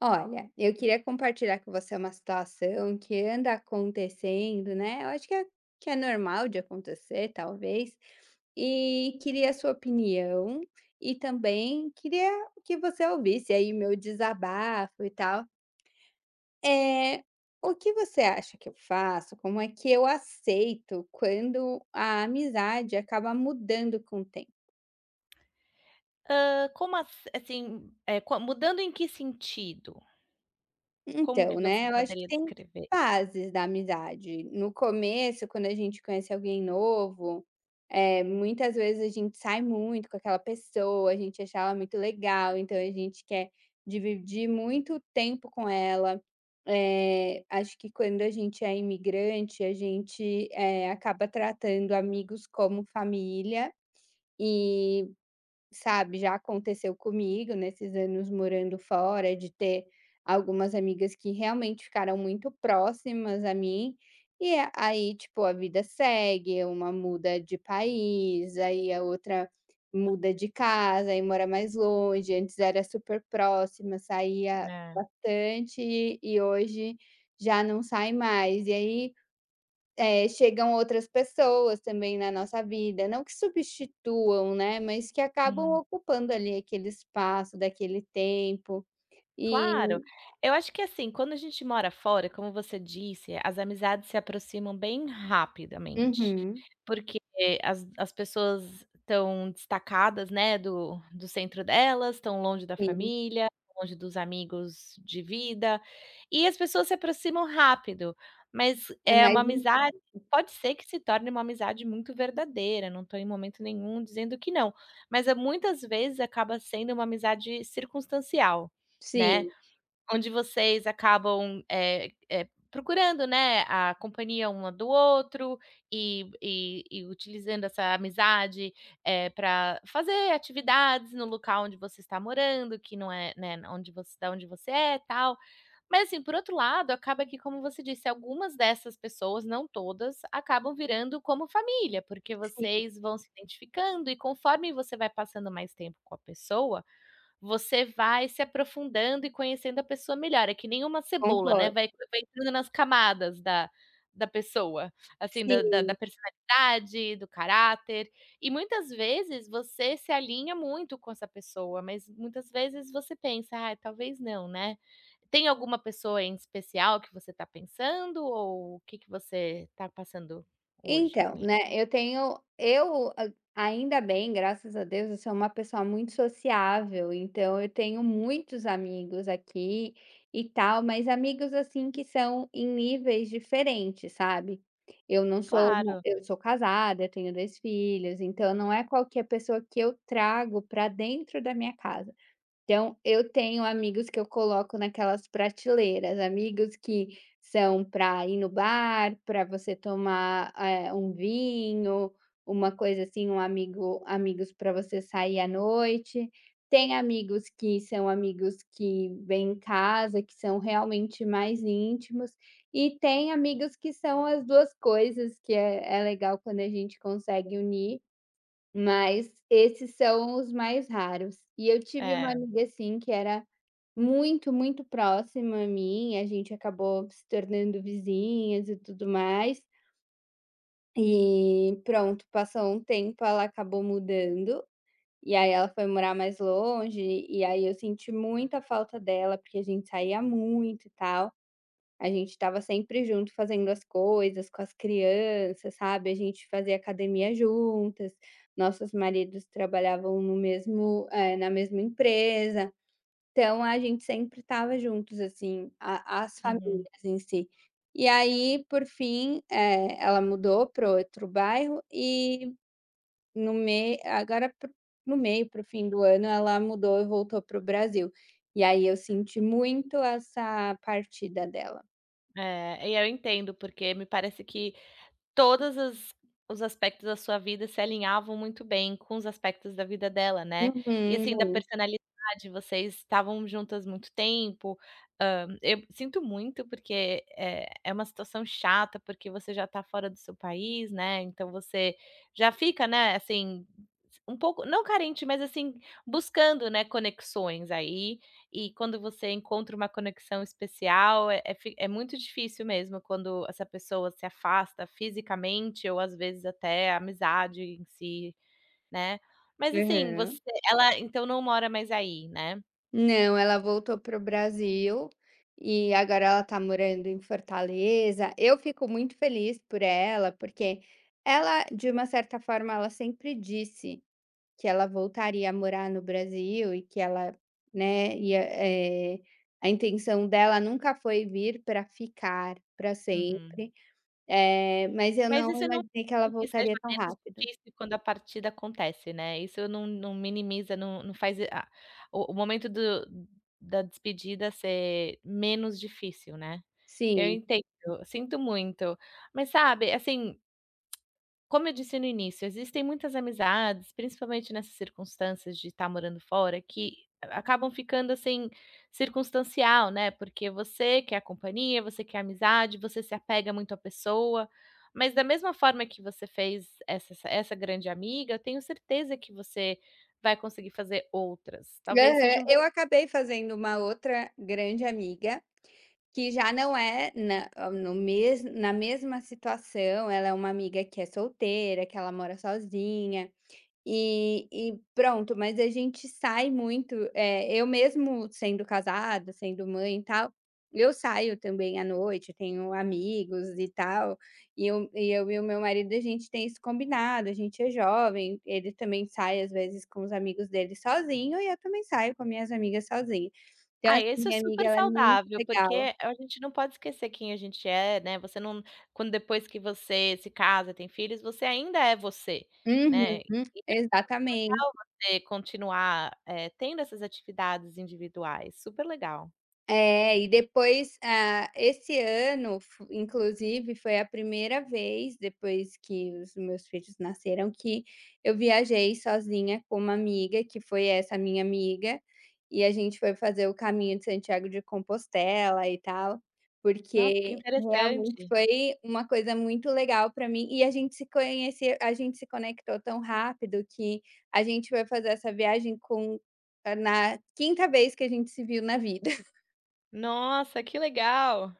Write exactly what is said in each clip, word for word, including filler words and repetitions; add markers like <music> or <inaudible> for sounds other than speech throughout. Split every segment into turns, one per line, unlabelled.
Olha, eu queria compartilhar com você uma situação que anda acontecendo, né? Eu acho que é, que é normal de acontecer, talvez, e queria a sua opinião e também queria que você ouvisse aí meu desabafo e tal. É, o que você acha que eu faço? Como é que eu aceito quando a amizade acaba mudando com o tempo?
Hã, como ass assim, eh, qua mudando em que sentido? Como
Então,
que você
né, eu acho que
poderia
tem
descrever?
fases da amizade. No começo, quando a gente conhece alguém novo, é muitas vezes a gente sai muito com aquela pessoa, a gente acha ela muito legal, então a gente quer dividir muito tempo com ela. Eh, acho que quando a gente é imigrante, a gente, eh, acaba tratando amigos como família e, sabe, já aconteceu comigo nesses anos morando fora, de ter algumas amigas que realmente ficaram muito próximas a mim. E a aí, tipo, a vida segue, uma muda de país, aí a outra muda de casa, e mora mais longe, antes era super próxima, saía
É,
bastante e hoje já não sai mais. E aí eh, chegam outras pessoas também na nossa vida, não que substituam, né, mas que acabam
uhum.
ocupando ali aquele espaço daquele tempo, e
Claro. Eu acho que, assim, quando a gente mora fora, como você disse, as amizades se aproximam bem rapidamente,
uhum,
porque as as pessoas estão destacadas, né, do do centro delas, estão longe da
sim,
família, longe dos amigos de vida, e as pessoas se aproximam rápido, mas
é
é
mais
uma
um,
amizade pode ser que se torne uma amizade muito verdadeira, não estou em momento nenhum dizendo que não, mas é muitas vezes acaba sendo uma amizade circunstancial, né.
sim,
Onde vocês acabam, eh eh, procurando, né, a companhia uma do outro e e e utilizando essa amizade para fazer atividades no local onde você está morando, que não é, né, onde você da onde você é, tal. Mas, assim, por outro lado, acaba que, como você disse, algumas dessas pessoas, não todas, acabam virando como família, porque
sim,
vocês vão se identificando e conforme você vai passando mais tempo com a pessoa, você vai se aprofundando e conhecendo a pessoa melhor, é que nem uma cebola, né,
concordo,
vai vai entrando nas camadas da da pessoa, assim, da da da
sim.
personalidade, do caráter, e muitas vezes você se alinha muito com essa pessoa, mas muitas vezes você pensa: ah, talvez não, né. Tem alguma pessoa em especial que você está pensando ou o que que você está passando hoje
Então,
com i
né, eu tenho eu a ainda bem, graças a Deus, eu sou uma pessoa muito sociável, então eu tenho muitos amigos aqui e tal, mas amigos, assim, que são em níveis diferentes, sabe. Eu não sou uma,
claro,
eu sou casada, eu tenho dois filhos, então não é qualquer pessoa que eu trago para dentro da minha casa. Então, eu tenho amigos que eu coloco naquelas prateleiras, amigos que são para ir no bar, para você tomar, eh, um vinho, uma coisa assim, um amigo amigos para você sair à noite. Tem amigos que são amigos que vêm em casa, que são realmente mais íntimos, e tem amigos que são as duas coisas, que é é legal quando a gente consegue unir. Mas esses são os mais raros. E eu tive uma
é,
amiga, assim, que era muito, muito próxima a mim. A gente acabou se tornando vizinhas e tudo mais. E pronto, passou um tempo, ela acabou mudando, e aí ela foi morar mais longe, e aí eu senti muita falta dela, porque a gente saía muito e tal. A gente estava sempre junto fazendo as coisas com as crianças, sabe, a gente fazia academia juntas, nossos maridos trabalhavam no mesmo eh, na mesma empresa, então a gente sempre estava juntos, assim, a as
uhum.
famílias em si. E aí, por fim, eh, ela mudou para outro bairro e no mei agora para no meio, para o fim do ano, ela mudou e voltou para o Brasil. E aí eu senti muito essa partida dela.
É, e eu entendo, porque me parece que todos as os aspectos da sua vida se alinhavam muito bem com os aspectos da vida dela, né. E
Uhum,
assim, da
muito.
personalidade, vocês estavam juntas muito tempo, hã, eu sinto muito porque é é uma situação chata, porque você já tá fora do seu país, né, então você já fica, né, assim, um pouco não carente, mas assim, buscando, né, conexões aí e quando você encontra uma conexão especial, é é fi é muito difícil mesmo quando essa pessoa se afasta fisicamente ou, às vezes, até a amizade em si, né. Mas, assim,
Aham.
você ela então não mora mais aí, né.
Não, ela voltou para o Brasil e agora ela está morando em Fortaleza. Eu fico muito feliz por ela, porque ela, de uma certa forma, ela sempre disse que ela voltaria a morar no Brasil e que ela, né, ia, eh, a intenção dela nunca foi vir para ficar para
Uhum.
sempre, eh, mas eu
Mas
não
isso não
imaginei que ela
significa que seja
voltaria tão
menos
rápido.
difícil quando a partida acontece, né. Isso não não minimiza, não não faz a o o momento do da despedida ser menos difícil, né. Eu
Sim.
entendo, sinto muito. Mas, sabe, assim, como eu disse no início, existem muitas amizades, principalmente nessas circunstâncias de estar morando fora, que a acabam ficando, assim, circunstancial, né, porque você quer a companhia, você quer a amizade, você se apega muito à pessoa, mas da mesma forma que você fez essa essa essa grande amiga, eu tenho certeza que você vai conseguir fazer outras. Talvez
Aham.
seja um
Eu acabei fazendo uma outra grande amiga, que já não é na ah, no mes na mesma situação. Ela é uma amiga que é solteira, que ela mora sozinha. E e pronto, mas a gente sai muito, eh, eu mesmo sendo casada, sendo mãe e tal, eu saio também à noite, tenho amigos e tal, e eu e eu e o meu marido, a gente tem isso combinado, a gente é jovem, ele também sai às vezes com os amigos dele sozinho e eu também saio com minhas amigas sozinha. Então
ah,
assim,
isso é
minha amiga
super
ela é muito
saudável,
legal.
porque a gente não pode esquecer quem a gente é, né, você não quando depois que você se casa, tem filhos, você ainda é você,
Uhum,
né. E
exatamente.
legal você continuar, eh, tendo essas atividades individuais, super legal.
É, e depois, ah, esse ano, fo inclusive, foi a primeira vez depois que os meus filhos nasceram, que eu viajei sozinha com uma amiga, que foi essa minha amiga, e a gente foi fazer o caminho de Santiago de Compostela e tal,
Nossa, que
porque realmente
interessante.
foi uma coisa muito legal para mim e a gente se conheceu, a gente se conectou tão rápido que a gente foi fazer essa viagem com ah, na quinta vez que a gente se viu na vida.
Nossa, que legal.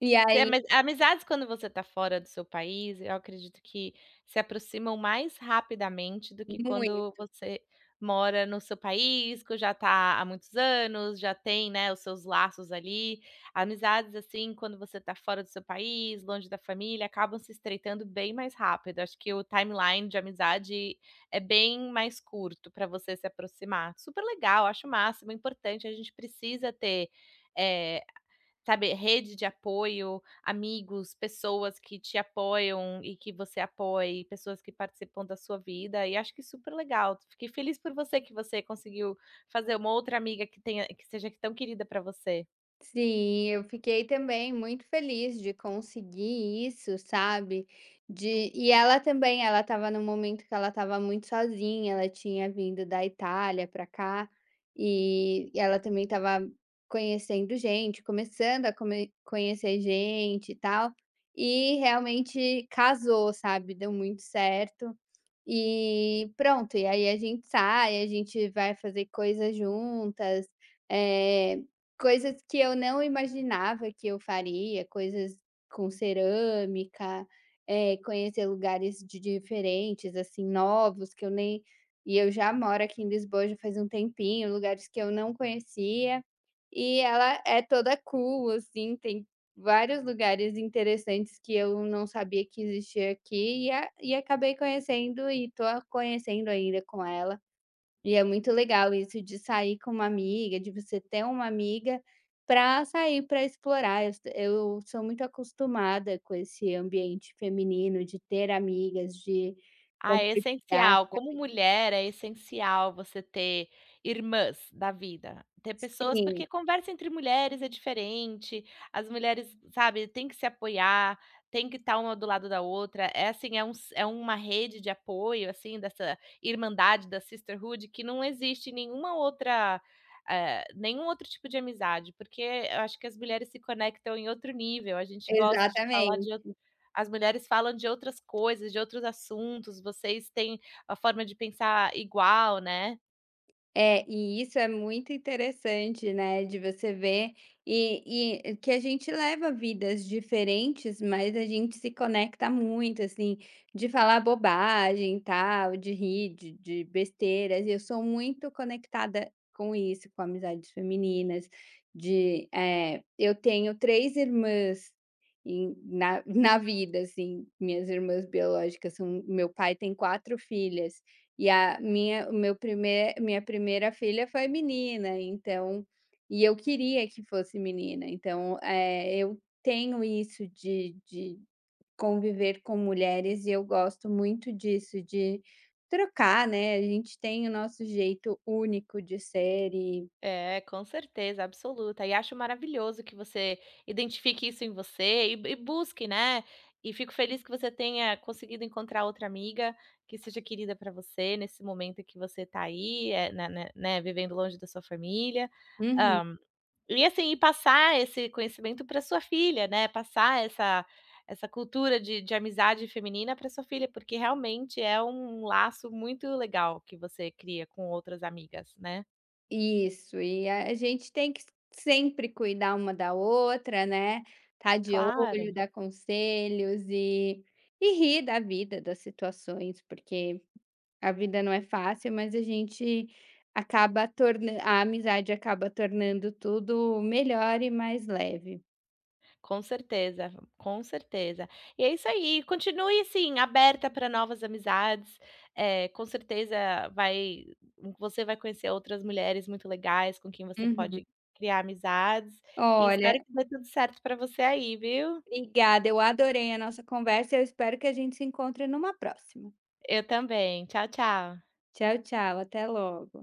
E
Tem
aí
ami amizades quando você está fora do seu país, eu acredito que se aproximam mais rapidamente do que quando
muito.
você mora no seu país, que já está há muitos anos, já tem, né, os seus laços ali. Amizades, assim, quando você está fora do seu país, longe da família, acabam se estreitando bem mais rápido. Acho que o timeline de amizade é bem mais curto para você se aproximar. Super legal, acho o máximo, é importante, a gente precisa ter, eh, sabe, rede de apoio, amigos, pessoas que te apoiam e que você apoie, pessoas que participam da sua vida, e acho que super legal. Fiquei feliz por você que você conseguiu fazer uma outra amiga que tenha que seja tão querida para você.
Sim, eu fiquei também muito feliz de conseguir isso, sabe. De e ela também, ela estava num momento que ela estava muito sozinha, ela tinha vindo da Itália para cá, e ela também estava conhecendo gente, começando a come conhecer gente e tal, e realmente casou, sabe, deu muito certo. E pronto, e aí a gente sai, a gente vai fazer coisas juntas, eh, coisas que eu não imaginava que eu faria, coisas com cerâmica, eh, conhecer lugares de diferentes, assim, novos que eu nem, e eu já moro aqui em Lisboa já faz um tempinho, lugares que eu não conhecia, e ela é toda cool, assim, tem vários lugares interessantes que eu não sabia que existia aqui. E a e acabei conhecendo e tô a- conhecendo ainda com ela. E é muito legal isso de sair com uma amiga, de você ter uma amiga para sair, para explorar. Eu s eu sou muito acostumada com esse ambiente feminino de ter amigas, de
Ah, é
compartilhar.
essencial. Como mulher, é essencial você ter irmãs da vida, ter pessoas porque
Sim,
conversa entre mulheres é diferente, as mulheres, sabe, tem que se apoiar, tem que estar uma do lado da outra. É assim, é um s é uma rede de apoio, assim, dessa irmandade, da sisterhood, que não existe em nenhuma outra, eh, nenhum outro tipo de amizade, porque eu acho que as mulheres se conectam em outro nível, a gente gosta de falar de
exatamente.
as mulheres falam de outras coisas, de outros assuntos, vocês têm a forma de pensar igual, né.
É, e isso é muito interessante, né, de você ver e e que a gente leva vidas diferentes, mas a gente se conecta muito, assim, de falar bobagem tal, de rir de de besteiras, e eu sou muito conectada com isso, com amizades femininas, de, eh, eu tenho três irmãs em na <laughs> na vida, assim, minhas irmãs biológicas são, meu pai tem quatro filhas. E a minha o meu primeir Minha primeira filha foi menina, então, e eu queria que fosse menina, então, eh, eu tenho isso de de conviver com mulheres e eu gosto muito disso, de trocar, né, a gente tem o nosso jeito único de ser e
É, com certeza, absoluta. E acho maravilhoso que você identifique isso em você e e busque, né. E fico feliz que você tenha conseguido encontrar outra amiga que seja querida para você nesse momento que você está aí, eh, né né né, vivendo longe da sua família.
uhum.
E assim, e passar esse conhecimento para sua filha, né, passar essa essa cultura de de amizade feminina para sua filha, porque realmente é um laço muito legal que você cria com outras amigas, né.
Isso, e a a gente tem que sempre cuidar uma da outra, né, tá de
Claro,
olho, dar conselhos e e rir da vida, das situações, porque a vida não é fácil, mas a gente acaba tornan a amizade acaba tornando tudo melhor e mais leve.
com certeza, com certeza. E é isso aí, continue assim, aberta para novas amizades, é com certeza vai você vai conhecer outras mulheres muito legais com quem você
Uhum.
pode criar amizades, e espero
Olha,
que dê tudo certo para você aí, viu.
obrigada, eu adorei a nossa conversa e eu espero que a gente se encontre numa próxima.
Eu também. Tchau, tchau.
Tchau, tchau, até logo.